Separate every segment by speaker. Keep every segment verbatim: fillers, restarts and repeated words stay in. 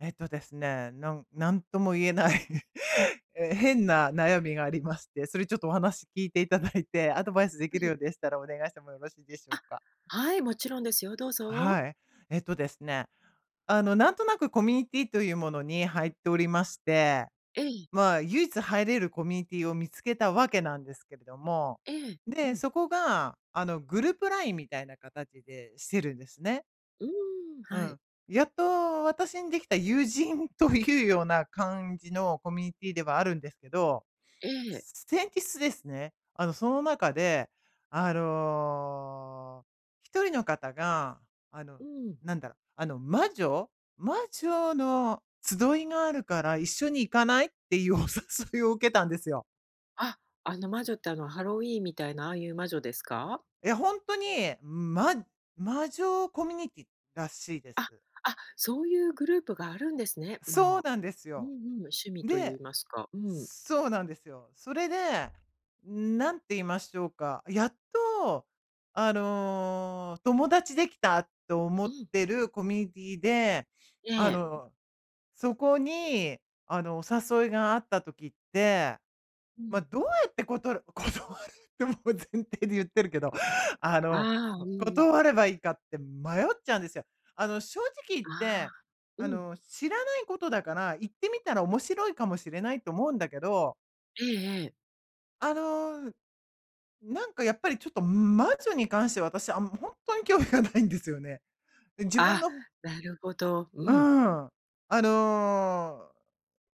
Speaker 1: えっとですね、なん なんとも言えない え、変な悩みがありまして、それちょっとお話聞いていただいて、アドバイスでき
Speaker 2: え
Speaker 1: るよ
Speaker 2: え、
Speaker 1: うでしたらお願いしてもよろしいでしょうか？
Speaker 2: はい、もちろんですよ、どうぞ。
Speaker 1: はい。えっとですね、あの、なんとなくコミュニティというものに入っておりまして、
Speaker 2: ええ、
Speaker 1: まあ、唯一入れるコミュニティを見つけたわけなんですけれども、
Speaker 2: ええ、う
Speaker 1: で、
Speaker 2: ん、
Speaker 1: そこが、あの、グループラインみたいな形でしてるんですね。
Speaker 2: うーん、
Speaker 1: う
Speaker 2: はい。
Speaker 1: ん。やっと私にできた友人というような感じのコミュニティではあるんですけど、
Speaker 2: ええ、
Speaker 1: 先日ですね、あの、その中で、あの、一人の方が、あの、
Speaker 2: うん。
Speaker 1: なんだろう、あの、魔女魔女の集いがあるから一緒に行かないっていうお誘いを受けたんですよ。
Speaker 2: あ、あの魔女ってあのハロウィーンみたいなああいう魔女ですか？
Speaker 1: いや、本当に、ま魔女コミュニティらしいで
Speaker 2: あ、
Speaker 1: す。
Speaker 2: あ、そういうグループがあるんですね。
Speaker 1: そ
Speaker 2: ま
Speaker 1: う
Speaker 2: あ、
Speaker 1: なんです
Speaker 2: うんう
Speaker 1: よ。
Speaker 2: ん、趣味と言
Speaker 1: で
Speaker 2: いますか、うん、
Speaker 1: そうなんですよ。それで、なんて言いましょうか、やっと、あの、友達できたと思
Speaker 2: う
Speaker 1: っ
Speaker 2: ん、
Speaker 1: てるコミュニティで、
Speaker 2: え
Speaker 1: あ
Speaker 2: え、
Speaker 1: の、そこに、あの、お誘いがあった時って、
Speaker 2: う
Speaker 1: まあ、
Speaker 2: ん。
Speaker 1: どうやってことる 断るってもう前提で言ってるけど、あ
Speaker 2: あ
Speaker 1: の、
Speaker 2: あ、うん
Speaker 1: こ
Speaker 2: うん、
Speaker 1: 断ればいいかって迷っちゃうんですよ。あの、正直言っ
Speaker 2: あ
Speaker 1: て、
Speaker 2: あ、
Speaker 1: あ
Speaker 2: うん、
Speaker 1: の、知らないことだから、行ってみたら面白いかもしれないと思うんだけど
Speaker 2: ええええ、
Speaker 1: あの、なんかやっぱりちょっと魔女に関しては私、あん本当に興味がないんですよね。で、自分
Speaker 2: あ、
Speaker 1: の
Speaker 2: なるほど、う
Speaker 1: うん。
Speaker 2: ん、
Speaker 1: あの、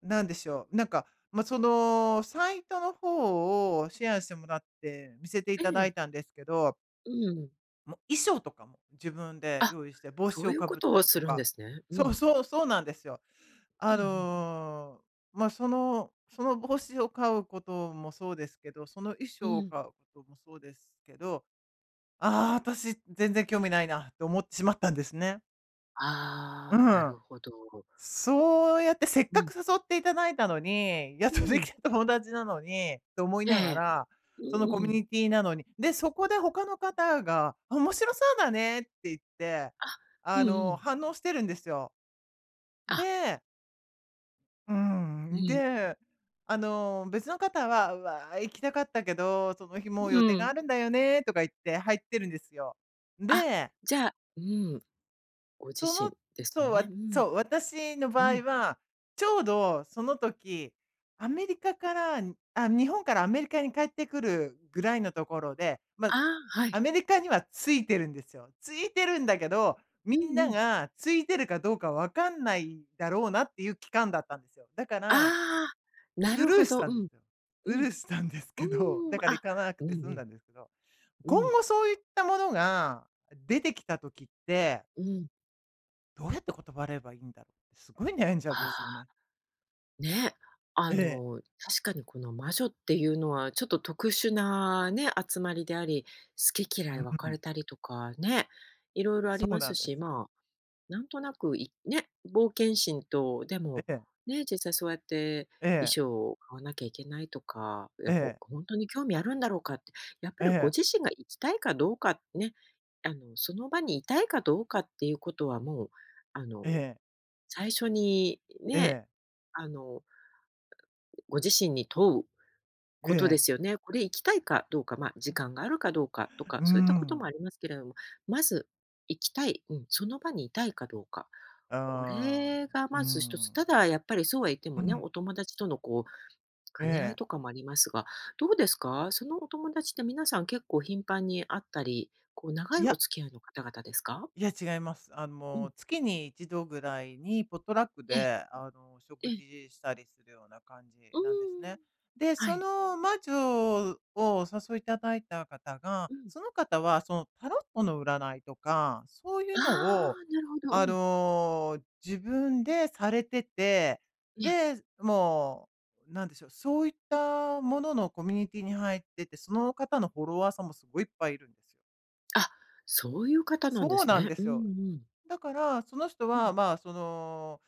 Speaker 1: なんでしょう、なんか、まあ、その、サイトの方をシェアしてもらって見せてい
Speaker 2: え
Speaker 1: ただ
Speaker 2: え、
Speaker 1: いたんですけど、
Speaker 2: うん。
Speaker 1: もう衣装とかも自分で
Speaker 2: あ、
Speaker 1: 用意して帽
Speaker 2: そ
Speaker 1: 子
Speaker 2: う
Speaker 1: を
Speaker 2: いう
Speaker 1: か
Speaker 2: こ
Speaker 1: ぶっ
Speaker 2: と
Speaker 1: た
Speaker 2: を
Speaker 1: り
Speaker 2: す
Speaker 1: と
Speaker 2: るんで
Speaker 1: か。
Speaker 2: すね。う
Speaker 1: そう
Speaker 2: ん、
Speaker 1: そう、そうなんですよ。あ
Speaker 2: うんうん、
Speaker 1: の、まあ、そのその帽子を買うこともそうですけど、その衣
Speaker 2: う
Speaker 1: 装を
Speaker 2: ん。
Speaker 1: 買うこともそうですけどああ、私全然興味ないなって思ってしまったんですね。う
Speaker 2: ああ、な
Speaker 1: ん。
Speaker 2: るほど。
Speaker 1: そうやってせっ
Speaker 2: う
Speaker 1: か
Speaker 2: ん、
Speaker 1: く誘っていただいたのに、やっ
Speaker 2: う
Speaker 1: とで
Speaker 2: ん。
Speaker 1: きた友達なのに、と思い
Speaker 2: え
Speaker 1: なが
Speaker 2: え。
Speaker 1: ら、
Speaker 2: うん
Speaker 1: そのコミ
Speaker 2: う
Speaker 1: ュ
Speaker 2: ん。
Speaker 1: ニティなのに。で、そこで他の方が、あ、面白そうだねって言って、
Speaker 2: あ、う
Speaker 1: あ
Speaker 2: んう
Speaker 1: の、
Speaker 2: ん。
Speaker 1: 反応してるんですよ。
Speaker 2: あ、
Speaker 1: で、う
Speaker 2: う
Speaker 1: ん、
Speaker 2: ん、
Speaker 1: で、あの、別の方は、うわー、行きたかったけど、その日もう
Speaker 2: う
Speaker 1: 予定が
Speaker 2: ん。
Speaker 1: あるんだよねとか言って入ってるんですよ。
Speaker 2: あ、
Speaker 1: で
Speaker 2: じゃあうん、ご自
Speaker 1: その、
Speaker 2: 身ですよ
Speaker 1: そう、
Speaker 2: ね。
Speaker 1: わ
Speaker 2: うん、
Speaker 1: そう、私の
Speaker 2: う
Speaker 1: 場
Speaker 2: ん。
Speaker 1: 合は、ちょうどその時、アメリカからあ、日本からアメリカに帰ってくるぐらいのところで、ま
Speaker 2: あ
Speaker 1: あ、
Speaker 2: あ、はい。
Speaker 1: アメリカにはついてるんですよ。ついてるんだけど、
Speaker 2: う
Speaker 1: みん
Speaker 2: んう
Speaker 1: な
Speaker 2: ん。
Speaker 1: がついてるかどうかわかんないだろうなっていう期間だったんですよ。だか
Speaker 2: あ
Speaker 1: ら、
Speaker 2: あ、な
Speaker 1: ス
Speaker 2: る
Speaker 1: ル
Speaker 2: ほ
Speaker 1: ーし
Speaker 2: ど。
Speaker 1: た
Speaker 2: う
Speaker 1: んで
Speaker 2: ん、
Speaker 1: すよ。ス
Speaker 2: うん。
Speaker 1: ルーしたんですけど、
Speaker 2: うーん、
Speaker 1: だから行
Speaker 2: あ、
Speaker 1: かなく
Speaker 2: うんう
Speaker 1: て済ん
Speaker 2: ん、
Speaker 1: だんですけど、
Speaker 2: う
Speaker 1: 今
Speaker 2: ん、
Speaker 1: 後そういったものが出てきた時って
Speaker 2: うん。
Speaker 1: どうやって断ればいいんだろうってすごい悩んじゃ
Speaker 2: あ
Speaker 1: うんですよ
Speaker 2: あ。
Speaker 1: ね。
Speaker 2: ね、あ
Speaker 1: ええ。
Speaker 2: の、確かにこの魔女っていうのはちょっと特殊なね、集まりであり、好き嫌
Speaker 1: う
Speaker 2: い
Speaker 1: ん
Speaker 2: 分
Speaker 1: う
Speaker 2: かれ
Speaker 1: ん、
Speaker 2: たりとかね、いろいろあり
Speaker 1: そう
Speaker 2: ま
Speaker 1: な
Speaker 2: す
Speaker 1: んで
Speaker 2: し、
Speaker 1: すよ。
Speaker 2: まあ、なんとなくいね、冒険心と、で
Speaker 1: え
Speaker 2: も、
Speaker 1: え、
Speaker 2: ね、実際そうやって
Speaker 1: え
Speaker 2: 衣
Speaker 1: え、
Speaker 2: 装を買わなきゃいけないとか、い
Speaker 1: え
Speaker 2: や、ほ
Speaker 1: え、
Speaker 2: 本当に興味あるんだろうかって、やっぱ
Speaker 1: え
Speaker 2: りご
Speaker 1: え、
Speaker 2: 自身が行きたいかどうかね、あの、その場にいたいかどうかっていうことはもう、あの、
Speaker 1: ええ、
Speaker 2: 最初に
Speaker 1: え
Speaker 2: ね、
Speaker 1: え、
Speaker 2: あのご自身に問う
Speaker 1: え
Speaker 2: ことで
Speaker 1: え、
Speaker 2: すよね。これ行きたいかどうか、まあ、時間があるかどうかとか、
Speaker 1: うー
Speaker 2: そういったことも
Speaker 1: ん、
Speaker 2: ありますけれども、まず行きたい、うん、その場にいたいかどうか、
Speaker 1: あ
Speaker 2: こ
Speaker 1: あ、
Speaker 2: れが
Speaker 1: うー
Speaker 2: まず一つ、た
Speaker 1: ん、
Speaker 2: だやっぱりそうは言って
Speaker 1: う
Speaker 2: もね、お
Speaker 1: ん、
Speaker 2: 友達とのこう
Speaker 1: え
Speaker 2: 兼ね合い
Speaker 1: え、
Speaker 2: とかもありますが、どうですか？そのお友達って皆さん結構頻繁に会ったり、こう長い
Speaker 1: い
Speaker 2: お
Speaker 1: や、
Speaker 2: 付き合いの方々ですか？
Speaker 1: いや、違います。あの、
Speaker 2: う
Speaker 1: も
Speaker 2: ん。
Speaker 1: う月に一度ぐらいにポットラック
Speaker 2: ええ、
Speaker 1: で、あの、
Speaker 2: え
Speaker 1: 食
Speaker 2: え。
Speaker 1: 事したりするような感じ
Speaker 2: う
Speaker 1: なんですね。
Speaker 2: ーん。
Speaker 1: で、
Speaker 2: は
Speaker 1: そ
Speaker 2: い。
Speaker 1: の魔女をお誘いいただいた方が、
Speaker 2: うん。
Speaker 1: その方はそのタロットの占いとか、そうい
Speaker 2: あ
Speaker 1: うのを、
Speaker 2: あ、なるほど。う
Speaker 1: あ
Speaker 2: ん。
Speaker 1: の、自分でされてて、
Speaker 2: ええ。
Speaker 1: で、もう、なんでしょう、そういったもののコミュニティに入ってて、その方のフォロワーさんもすごいいっぱいいるんですよ。
Speaker 2: あ、そういう方なんで
Speaker 1: そう
Speaker 2: す
Speaker 1: なん
Speaker 2: ね。
Speaker 1: で
Speaker 2: うん
Speaker 1: す
Speaker 2: う
Speaker 1: よ。
Speaker 2: ん。
Speaker 1: だから、その人
Speaker 2: うん。
Speaker 1: は、まあ、その、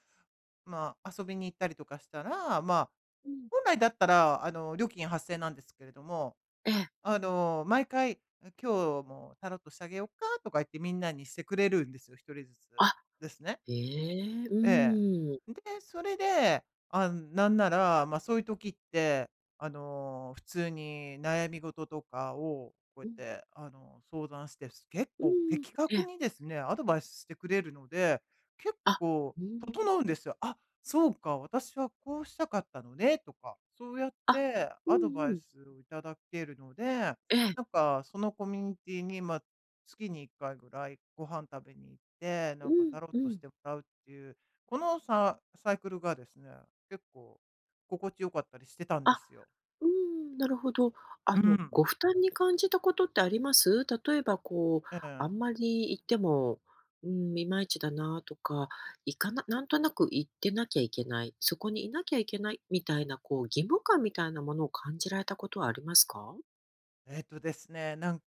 Speaker 1: まあ、遊びに行ったりとかしたら、まあ、
Speaker 2: うん。
Speaker 1: 本来だったら、あの、料金発生なんですけれども、
Speaker 2: ええ。
Speaker 1: あの、毎回、今日もタロットしてあげようかとか言ってみんなにしてくれるんですよ、一人ずつ
Speaker 2: あ、
Speaker 1: ですね。
Speaker 2: ええ、
Speaker 1: え
Speaker 2: うん。
Speaker 1: え。で、それで、あ、なんなら、ま、そういう時って、あの、普通に悩み事とかを、こうや
Speaker 2: う
Speaker 1: っ
Speaker 2: ん。
Speaker 1: て、あの、相談して、結
Speaker 2: う
Speaker 1: 構
Speaker 2: ん。
Speaker 1: 的
Speaker 2: え
Speaker 1: 確
Speaker 2: え。
Speaker 1: にですね、アドバイスしてくれるので、結
Speaker 2: あ、
Speaker 1: 構
Speaker 2: うー
Speaker 1: 整
Speaker 2: ん。
Speaker 1: うんですよ。あ、そうか、私はこうしたかったのねとか、そうやっ
Speaker 2: あ、
Speaker 1: て
Speaker 2: う
Speaker 1: アド
Speaker 2: ん
Speaker 1: バ
Speaker 2: う
Speaker 1: イ
Speaker 2: ん。
Speaker 1: スをいただけるので、
Speaker 2: ええ。
Speaker 1: なんかそのコミュニティに、まあ、月にいっかいぐらいご飯食べに行って、な
Speaker 2: う
Speaker 1: んか
Speaker 2: ん
Speaker 1: タロッ
Speaker 2: う
Speaker 1: トし
Speaker 2: ん。
Speaker 1: てもらうっていうこのササイクルがですね、結構心地よかったりしてたんで
Speaker 2: あ、
Speaker 1: すよ。
Speaker 2: うんあうんうんええうんうんあうんなるほど。あ
Speaker 1: う
Speaker 2: の、ご
Speaker 1: ん。
Speaker 2: 負担に感じたことってあります？例えばこう、
Speaker 1: え
Speaker 2: あん
Speaker 1: え。
Speaker 2: まり行っても、うん、いまいちだなとか、行かななんとなく行ってなきゃいけない、そこにいなきゃいけないみたいな、こう、義務感みたいなものを感じられたことはありますか？
Speaker 1: えっとですね、なん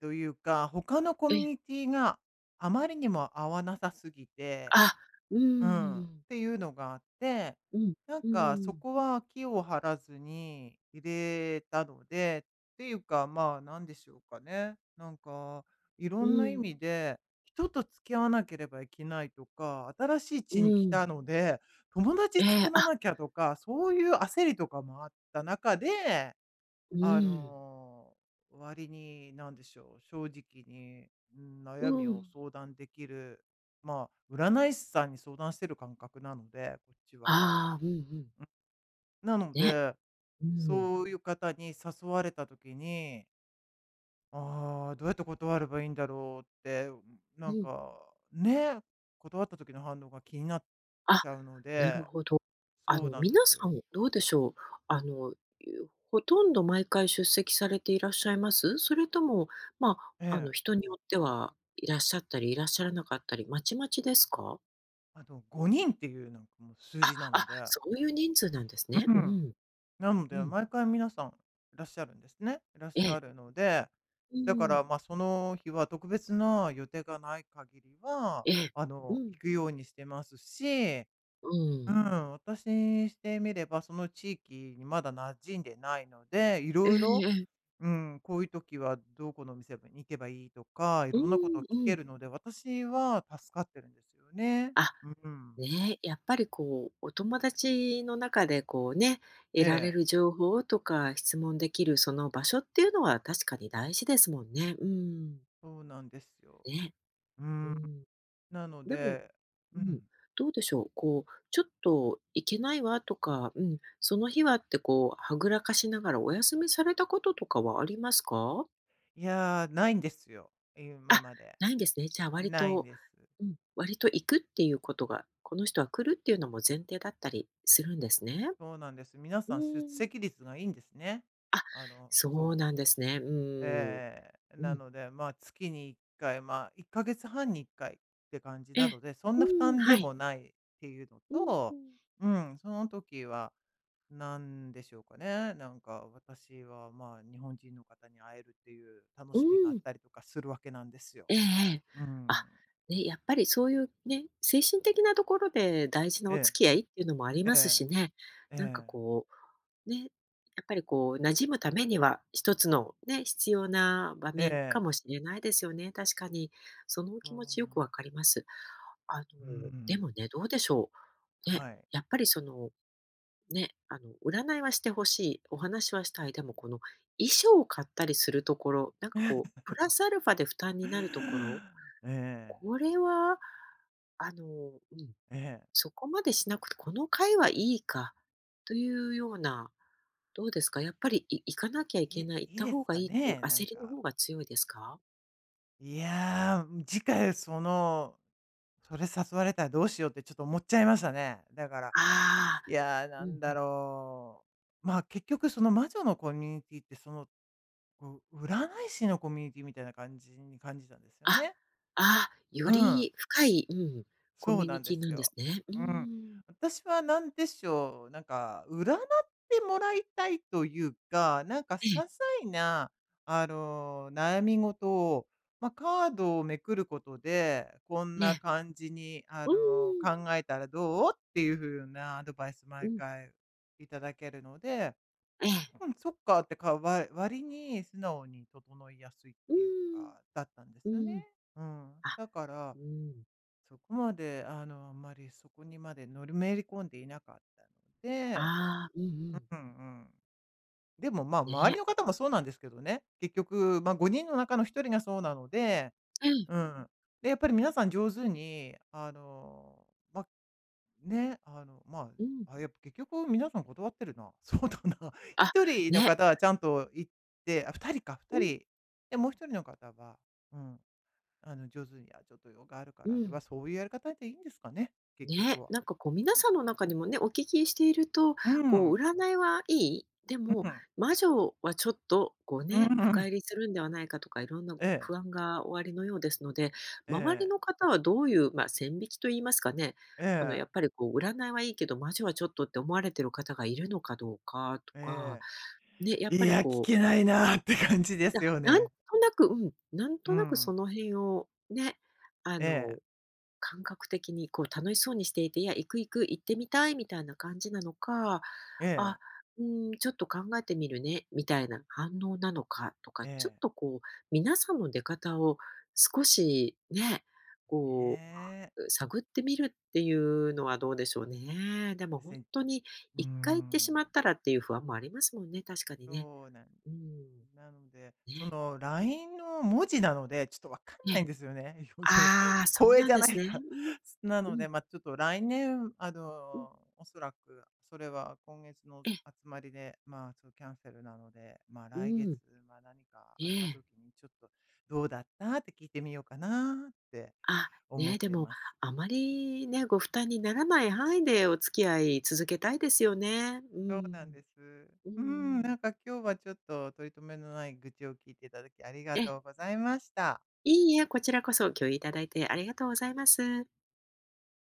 Speaker 1: というか、他のコ
Speaker 2: え
Speaker 1: ミュ
Speaker 2: え、
Speaker 1: ニティがあまりにも合わなさすぎて
Speaker 2: あ、うー
Speaker 1: うん。っ
Speaker 2: ん、
Speaker 1: ていうのがあって、
Speaker 2: うん、
Speaker 1: なん
Speaker 2: う
Speaker 1: か
Speaker 2: ー
Speaker 1: そ
Speaker 2: ん、
Speaker 1: こは気を張らずに入れたので、っていうか、まあ、なんでしょうかね。なんか、い
Speaker 2: う
Speaker 1: ろんな意
Speaker 2: ん、
Speaker 1: 味で、人と付き合わなければいけないとか、新しい
Speaker 2: う
Speaker 1: 地に来
Speaker 2: ん、
Speaker 1: たので、友達
Speaker 2: ええ、
Speaker 1: 作ら
Speaker 2: あ、
Speaker 1: なきゃとか、そういう焦りとかもあった中で、
Speaker 2: う
Speaker 1: あ
Speaker 2: ーん、
Speaker 1: の、割に何でしょう、正直に、うん、
Speaker 2: う
Speaker 1: 悩みを
Speaker 2: ん、
Speaker 1: 相談できる、まあ、占い師さんに相談してる感覚なので、こっちは。
Speaker 2: ああ、うんうん、
Speaker 1: なの
Speaker 2: ね、
Speaker 1: で、
Speaker 2: うん、
Speaker 1: そういう方に誘われた時に、ああ、どうやって断ればいいんだろうって、
Speaker 2: う
Speaker 1: なん
Speaker 2: ん、
Speaker 1: か、ね、断った時の反応が気になっ
Speaker 2: あ、
Speaker 1: ちゃうの
Speaker 2: なる
Speaker 1: で、
Speaker 2: ほど。あ
Speaker 1: そう
Speaker 2: の
Speaker 1: なんで
Speaker 2: 皆
Speaker 1: す
Speaker 2: さ
Speaker 1: よ。
Speaker 2: んどうでしょう、あの、ゆほとんど毎回出席されていらっしゃいます？それとも、ま
Speaker 1: え
Speaker 2: あ、あの
Speaker 1: え。
Speaker 2: 人によってはいらっしゃったり、いらっしゃらなかったり、まちまちですか？
Speaker 1: あの、ごにんっていうなんかもう数
Speaker 2: あ、
Speaker 1: 字なの
Speaker 2: あ、
Speaker 1: で、
Speaker 2: そういう人数なんですね。
Speaker 1: う
Speaker 2: う
Speaker 1: ん。
Speaker 2: ん、
Speaker 1: なの
Speaker 2: う
Speaker 1: で、
Speaker 2: ん、
Speaker 1: 毎回皆さんいらっしゃるんですね。いらっし
Speaker 2: ええ、
Speaker 1: ゃるので、
Speaker 2: う
Speaker 1: だか
Speaker 2: ん、
Speaker 1: ら、まあ、その日は特別な予定がない限りは、
Speaker 2: ええ、
Speaker 1: あ
Speaker 2: う
Speaker 1: の、
Speaker 2: ん。
Speaker 1: 行くようにしてますし、
Speaker 2: う
Speaker 1: う
Speaker 2: ん。
Speaker 1: ん。私にしてみれば、その地域にまだ馴染んでないので、い
Speaker 2: ええ
Speaker 1: ろいろ
Speaker 2: ええ。
Speaker 1: うん、こういう時はどこのお店に行けばいいとか、い
Speaker 2: う
Speaker 1: ろんなことを
Speaker 2: ん、
Speaker 1: 聞
Speaker 2: う
Speaker 1: け
Speaker 2: ん。
Speaker 1: るので、私は助かってるんですよね。
Speaker 2: あ、
Speaker 1: うん。
Speaker 2: ね、やっぱりこう、お友達の中でこうね、得
Speaker 1: え
Speaker 2: られ
Speaker 1: え、
Speaker 2: る情報とか質問できるその場所っていうのは確かに大事ですもんね。うん。
Speaker 1: そうなんですよ。
Speaker 2: ね。
Speaker 1: う
Speaker 2: う
Speaker 1: ん、
Speaker 2: ん。
Speaker 1: なの
Speaker 2: でも、
Speaker 1: で
Speaker 2: う
Speaker 1: う
Speaker 2: ん、
Speaker 1: ん。
Speaker 2: どうでしょう、こう、ちょっと行けないわとか、うん、その日はってこう、はぐらかしながらお休みされたこととかはありますか？
Speaker 1: いやー、ないんですよ、今
Speaker 2: あ、
Speaker 1: まで。
Speaker 2: ないんですね。じゃあ割
Speaker 1: ないん
Speaker 2: と
Speaker 1: です。
Speaker 2: うん、割と行くっていうことが、この人は来るっていうのも前提だったりするんですね。
Speaker 1: そうなんです。皆
Speaker 2: う
Speaker 1: さん出
Speaker 2: ーん。
Speaker 1: 席率がいいんですね。
Speaker 2: あ、
Speaker 1: あの、
Speaker 2: そう
Speaker 1: そ
Speaker 2: なん
Speaker 1: う。
Speaker 2: ですね。うーん。
Speaker 1: えー
Speaker 2: う
Speaker 1: な
Speaker 2: ん。
Speaker 1: ので、まあ、月にいっかい、まあ、いっかげつはんにいっかいって感じ
Speaker 2: え
Speaker 1: なの
Speaker 2: え。
Speaker 1: で、そん
Speaker 2: う
Speaker 1: な負
Speaker 2: ん、
Speaker 1: 担
Speaker 2: は
Speaker 1: で
Speaker 2: い。
Speaker 1: もないっていうの
Speaker 2: うんう
Speaker 1: と、
Speaker 2: ん。
Speaker 1: うん、その時は何でしょうかね、なんか私は、まあ、日本人の方に会えるっていう楽
Speaker 2: う
Speaker 1: しみがあっ
Speaker 2: ん。
Speaker 1: たりとかするわけなんですよ。
Speaker 2: ええええ。
Speaker 1: うん。
Speaker 2: あ、ね、やっぱりそういうね、精神的なところで大事なお
Speaker 1: え
Speaker 2: 付き合いっていうのもあり
Speaker 1: ええ
Speaker 2: ますしね。
Speaker 1: え、え
Speaker 2: なんか
Speaker 1: え、
Speaker 2: こう、ね、やっぱりこう馴染むためには、一つのね、必要な場
Speaker 1: え
Speaker 2: 面かも
Speaker 1: え。
Speaker 2: しれないですよね。確かに、そのお気持
Speaker 1: そう
Speaker 2: ち
Speaker 1: な
Speaker 2: よく
Speaker 1: んで
Speaker 2: わか
Speaker 1: す。
Speaker 2: ります。あの、
Speaker 1: う
Speaker 2: で
Speaker 1: ん、
Speaker 2: もね、どうでしょう。ね、
Speaker 1: はい。
Speaker 2: やっぱりその、ね、あの、占いはしてほしい、お話はしたい、でもこの衣装を買ったりするところ、なんかこう、プラスアルファで負担になるところ
Speaker 1: ええ、
Speaker 2: これは、あの、うん、
Speaker 1: ええ。
Speaker 2: そこまでしなくて、この会はいいかというような、どうですか、やっぱり、い行かなきゃい
Speaker 1: い
Speaker 2: け
Speaker 1: い
Speaker 2: ない、行っ
Speaker 1: いい
Speaker 2: た
Speaker 1: です
Speaker 2: 方が
Speaker 1: か
Speaker 2: いいっていう
Speaker 1: ね、なん
Speaker 2: 焦りの
Speaker 1: か。
Speaker 2: 方が強いですか？
Speaker 1: いやー、次回その、それ誘われたらどうしようってちょっと思っちゃいましたね。だから、
Speaker 2: ああ、
Speaker 1: いやー、
Speaker 2: う
Speaker 1: な
Speaker 2: ん
Speaker 1: ん
Speaker 2: う
Speaker 1: だ
Speaker 2: ん。
Speaker 1: ろう。まあ、結局その魔女のコミュニティって、その、こう、占い師のコミュニティみたいな感じに感じたんですよ
Speaker 2: あ、
Speaker 1: ね。
Speaker 2: あ、
Speaker 1: う
Speaker 2: よ
Speaker 1: ん。
Speaker 2: り深い、うん、コ
Speaker 1: そ
Speaker 2: ミ
Speaker 1: う
Speaker 2: ュ
Speaker 1: な
Speaker 2: ニ
Speaker 1: ん
Speaker 2: テ
Speaker 1: で
Speaker 2: ィ
Speaker 1: す
Speaker 2: なんです
Speaker 1: よ。
Speaker 2: ね。うー
Speaker 1: うん。
Speaker 2: ん。
Speaker 1: 私はなんでしょう、なんか占ってもらいたいというか、なんか些
Speaker 2: ええ、
Speaker 1: 細な、あの、悩み事を、まあ、カードをめくることで、こん
Speaker 2: え
Speaker 1: な
Speaker 2: え。
Speaker 1: 感じに、あ
Speaker 2: うーん、
Speaker 1: の、考えたらどう？っていう風なアドバイス
Speaker 2: う
Speaker 1: 毎
Speaker 2: ん、
Speaker 1: 回いただけるので、
Speaker 2: ええ、
Speaker 1: うん、そっかってか、わ割に素直に整いやすいっ
Speaker 2: う
Speaker 1: ていう
Speaker 2: ーん、
Speaker 1: か、だったんで
Speaker 2: う
Speaker 1: すね。
Speaker 2: ん。
Speaker 1: うん。
Speaker 2: あ、
Speaker 1: だから
Speaker 2: うん。
Speaker 1: そこまで、あの、あんまりそこにまで乗りめり込んでいなかったので、
Speaker 2: ああ、うんうん。
Speaker 1: うんうん。でも、まあ、周
Speaker 2: ね。
Speaker 1: りの方もそうなんですけどね。結局、まあ、ごにんの中のひとりがそうなので、
Speaker 2: うん、
Speaker 1: うん。で、やっぱり皆さん上手に、あの、まあ、ね、あの、ま
Speaker 2: うん。
Speaker 1: あ、あ、やっぱ結局皆さん断ってるな。そうだな。
Speaker 2: あ、
Speaker 1: ひとりの
Speaker 2: ね。
Speaker 1: 方はちゃんと行って、あ、ふたりか、2
Speaker 2: うん、
Speaker 1: 人。で、もうひとりの方は、うん。あの、上手に、あ、ちょっと用があるか
Speaker 2: う
Speaker 1: らって、
Speaker 2: ん。
Speaker 1: はそういうやり方でいいんですかね？結局
Speaker 2: ね、
Speaker 1: は。
Speaker 2: なんかこう皆さんの中にもね、お聞きしていると、
Speaker 1: う
Speaker 2: こ
Speaker 1: ん、
Speaker 2: う
Speaker 1: う
Speaker 2: 占いはいい、でも
Speaker 1: ん、
Speaker 2: 魔女はちょっとこう
Speaker 1: う
Speaker 2: ね、深
Speaker 1: ん。
Speaker 2: 入りするんではないかとか、いろんな
Speaker 1: ええ、
Speaker 2: 不安がおありのようですので、周り
Speaker 1: え
Speaker 2: の
Speaker 1: え、
Speaker 2: 方はどういう、まあ、線引きと言いますかね、
Speaker 1: え
Speaker 2: あの
Speaker 1: え、
Speaker 2: やっぱりこう占いはいいけど、魔女はちょっとって思われてる方がいるのかどうかとか、
Speaker 1: え
Speaker 2: ね、やっ
Speaker 1: え。い
Speaker 2: ぱり
Speaker 1: や、聞
Speaker 2: こう
Speaker 1: けないなって感じで
Speaker 2: な
Speaker 1: すよ
Speaker 2: なん
Speaker 1: ね。
Speaker 2: となく、うん、なん
Speaker 1: う
Speaker 2: となくそ
Speaker 1: ん。
Speaker 2: の辺をね、あ
Speaker 1: え
Speaker 2: の、
Speaker 1: え、
Speaker 2: 感覚的にこう楽しそうにしていて、いや、行く行く、行ってみたいみたいな感じなのか、
Speaker 1: ええ、
Speaker 2: あ、うん、ちょっと考えてみるね、みたいな反応なのかとか、
Speaker 1: え
Speaker 2: ちょっ
Speaker 1: え、
Speaker 2: とこう、皆さんの出方を少しね、
Speaker 1: え
Speaker 2: こ
Speaker 1: え。ね。
Speaker 2: う、探ってみるっていうのはどうでしょうね。で
Speaker 1: そう
Speaker 2: も
Speaker 1: です
Speaker 2: 本
Speaker 1: ね。
Speaker 2: 当に
Speaker 1: うー
Speaker 2: いっかい行ってしま
Speaker 1: ん。
Speaker 2: ったらっていう不安もありますもんね、確かにね。
Speaker 1: そうなんで
Speaker 2: う
Speaker 1: す。
Speaker 2: ん、
Speaker 1: なので、そ
Speaker 2: ね。
Speaker 1: の ライン の文字なので、ちょっとわかんないんですよね。そう、
Speaker 2: ああ、そう
Speaker 1: 声
Speaker 2: なん
Speaker 1: じゃ
Speaker 2: で
Speaker 1: な
Speaker 2: す
Speaker 1: い
Speaker 2: ね。
Speaker 1: から。
Speaker 2: うん。
Speaker 1: な
Speaker 2: う
Speaker 1: の
Speaker 2: ん。
Speaker 1: で、まあ、ちょっと来年、あ
Speaker 2: うん。
Speaker 1: の、おそらくそれは今月の
Speaker 2: ええ。
Speaker 1: 集まりで、まあ、そうキャンセルなので、まあ、
Speaker 2: う
Speaker 1: 来月、
Speaker 2: ん。
Speaker 1: まあ、何か
Speaker 2: え
Speaker 1: あった
Speaker 2: え。
Speaker 1: 時にちょっと「どうだった？」って聞いてみようかなって
Speaker 2: あ、
Speaker 1: 思っ
Speaker 2: ね、で
Speaker 1: て
Speaker 2: も、
Speaker 1: ます。
Speaker 2: あまりね、ご負担にならない範囲でお付き合い続けたいですよね。う
Speaker 1: そうなん
Speaker 2: ん。
Speaker 1: です。
Speaker 2: うんう
Speaker 1: うん、
Speaker 2: ん
Speaker 1: なんか今日はちょっと取り留めのない愚痴を聞いていただきありが
Speaker 2: ええ。
Speaker 1: とうございました。
Speaker 2: いいえ、こちらこそ共有いただいてありがとうございます。